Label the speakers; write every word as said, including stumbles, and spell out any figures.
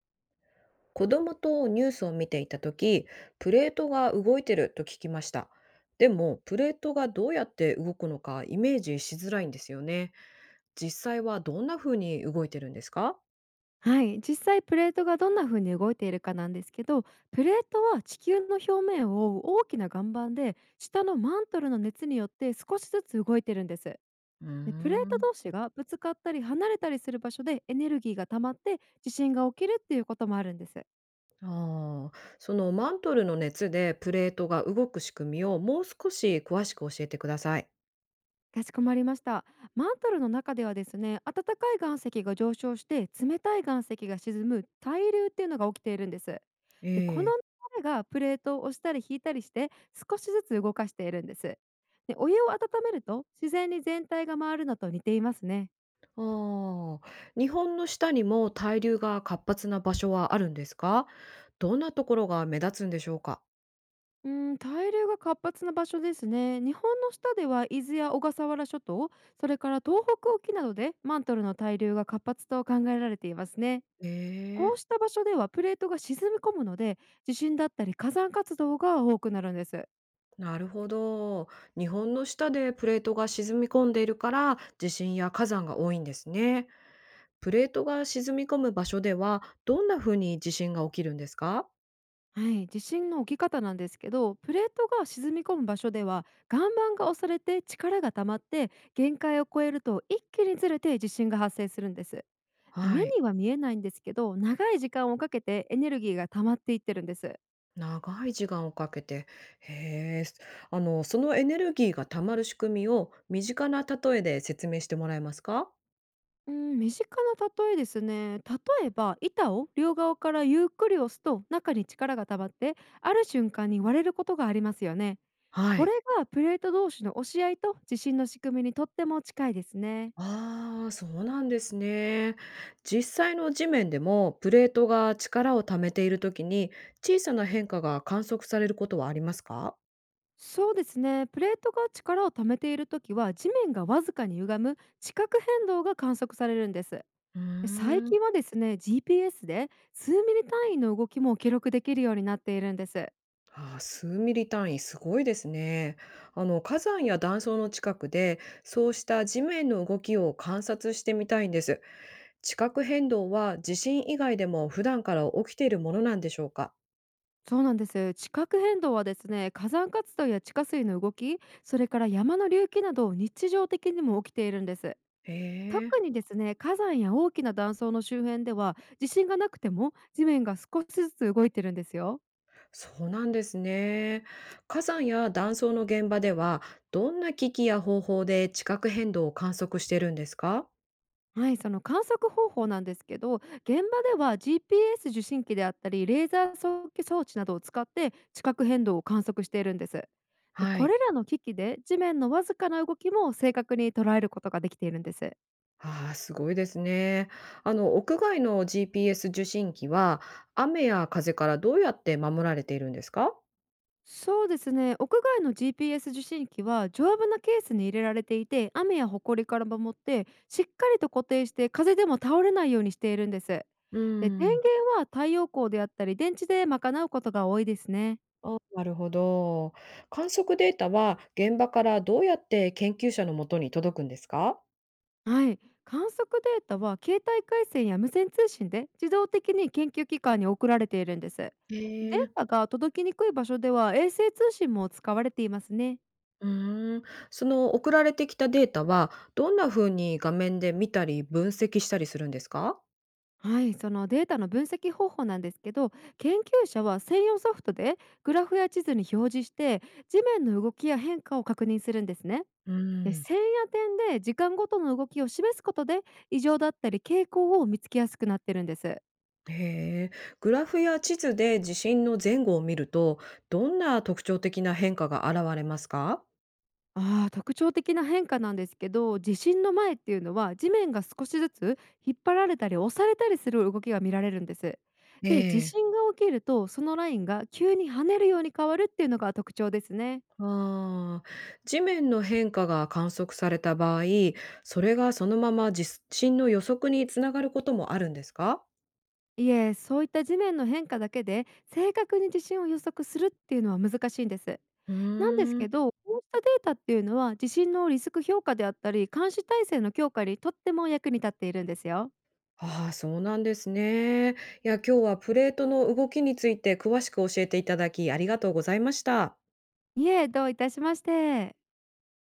Speaker 1: 子供とニュースを見ていた時、プレートが動いてると聞きました。でもプレートがどうやって動くのかイメージしづらいんですよね。実際はどんな風に動いてるんですか？
Speaker 2: はい、実際プレートがどんな風に動いているかなんですけど、プレートは地球の表面を覆う大きな岩盤で、下のマントルの熱によって少しずつ動いてるんです。
Speaker 1: うー
Speaker 2: でプレート
Speaker 1: ん。
Speaker 2: 同士がぶつかったり離れたりする場所でエネルギーが溜まって地震が起きるっていうこともあるんです。
Speaker 1: ああ、そのマントルの熱でプレートが動く仕組みをもう少し詳しく教えてください。
Speaker 2: かしこまりました。マントルの中ではですね、暖かい岩石が上昇して、冷たい岩石が沈む対流っていうのが起きているんです。
Speaker 1: え
Speaker 2: で、この
Speaker 1: え。
Speaker 2: 流れがプレートを押したり引いたりして、少しずつ動かしているんです。で、お湯を温めると自然に全体が回るのと似ていますね。
Speaker 1: ああ、日本の下にも対流が活発な場所はあるんですか？どんなところが目立つんでしょうか？
Speaker 2: うん、対流が活発な場所ですね。日本の下では伊豆や小笠原諸島、それから東北沖などでマントルの対流が活発と考えられていますね。
Speaker 1: え
Speaker 2: こ
Speaker 1: え。
Speaker 2: うした場所ではプレートが沈み込むので、地震だったり火山活動が多くなるんです。
Speaker 1: なるほど。日本の下でプレートが沈み込んでいるから地震や火山が多いんですね。プレートが沈み込む場所ではどんな風に地震が起きるんですか？
Speaker 2: はい、地震の起き方なんですけど、プレートが沈み込む場所では岩盤が押されて力が溜まって、限界を超えると一気にずれて地震が発生するんです。目
Speaker 1: はい。
Speaker 2: には見えないんですけど、長い時間をかけてエネルギーが溜まっていってるんです。
Speaker 1: 長い時間をかけて。へえ。あの、そのエネルギーが溜まる仕組みを身近な例えで説明してもらえますか？
Speaker 2: うん、身近な例えですね。例えば板を両側からゆっくり押すと中に力が溜まって、ある瞬間に割れることがありますよね。
Speaker 1: は
Speaker 2: これ
Speaker 1: い。
Speaker 2: がプレート同士の押し合いと地震の仕組みにとっても近いですね。
Speaker 1: ああ、そうなんですね。実際の地面でもプレートが力を貯めているときに小さな変化が観測されることはありますか？
Speaker 2: そうですね。プレートが力を溜めているときは地面がわずかに歪む地殻変動が観測されるんです。
Speaker 1: うー
Speaker 2: 最
Speaker 1: ん。
Speaker 2: 近はですね、 ジーピーエス で数ミリ単位の動きも記録できるようになっているんです。
Speaker 1: ああ、すうミリ単位すごいですね。あの火山や断層の近くでそうした地面の動きを観察してみたいんです。地殻変動は地震以外でも普段から起きているものなんでしょうか？
Speaker 2: そうなんです。地殻変動はですね、火山活動や地下水の動き、それから山の隆起など日常的にも起きているんです。
Speaker 1: へえ。
Speaker 2: 特にですね、火山や大きな断層の周辺では、地震がなくても地面が少しずつ動いてるんですよ。
Speaker 1: そうなんですね。火山や断層の現場では、どんな機器や方法で地殻変動を観測してるんですか？
Speaker 2: はい、その観測方法なんですけど、現場では ジーピーエス 受信機であったり、レーザー測定装置などを使って地殻変動を観測しているんです。で
Speaker 1: は
Speaker 2: こ
Speaker 1: い。
Speaker 2: れらの機器で地面のわずかな動きも正確に捉えることができているんです。
Speaker 1: ああ、すごいですね。あの、屋外の ジーピーエス 受信機は、雨や風からどうやって守られているんですか？
Speaker 2: そうですね、屋外の ジーピーエス 受信機は丈夫なケースに入れられていて、雨や埃から守ってしっかりと固定して、風でも倒れないようにしているんです。
Speaker 1: う
Speaker 2: で電
Speaker 1: ー
Speaker 2: 源
Speaker 1: ん。
Speaker 2: は太陽光であったり電池で賄うことが多いですね。
Speaker 1: あ、なるほど。観測データは現場からどうやって研究者のもとに届くんですか？
Speaker 2: はい、観測データは携帯回線や無線通信で自動的に研究機関に送られているんです。
Speaker 1: へ
Speaker 2: 電
Speaker 1: え。
Speaker 2: 波が届きにくい場所では衛星通信も使われていますね。
Speaker 1: うーん、その送られてきたデータは、どんな風に画面で見たり分析したりするんですか？
Speaker 2: はい、そのデータの分析方法なんですけど、研究者は専用ソフトでグラフや地図に表示して地面の動きや変化を確認するんですね。
Speaker 1: う
Speaker 2: で
Speaker 1: ん。
Speaker 2: 線や点で時間ごとの動きを示すことで、異常だったり傾向を見つけやすくなってるんです。
Speaker 1: へえ、グラフや地図で地震の前後を見ると、どんな特徴的な変化が現れますか？
Speaker 2: あー特徴的な変化なんですけど、地震の前っていうのは地面が少しずつ引っ張られたり押されたりする動きが見られるんです。
Speaker 1: え
Speaker 2: で地
Speaker 1: え。
Speaker 2: 震が起きるとそのラインが急に跳ねるように変わるっていうのが特徴ですね。
Speaker 1: ああ、地面の変化が観測された場合、それがそのまま地震の予測につながることもあるんですか？
Speaker 2: いえ、そういった地面の変化だけで正確に地震を予測するっていうのは難しいんです。
Speaker 1: う
Speaker 2: なんです
Speaker 1: ーん。
Speaker 2: けど、こうしたデータっていうのは地震のリスク評価であったり監視体制の強化にとっても役に立っているんですよ。
Speaker 1: ああ、そうなんですね。いや、今日はプレートの動きについて詳しく教えていただき、ありがとうございました。
Speaker 2: いえ、どういたしまして。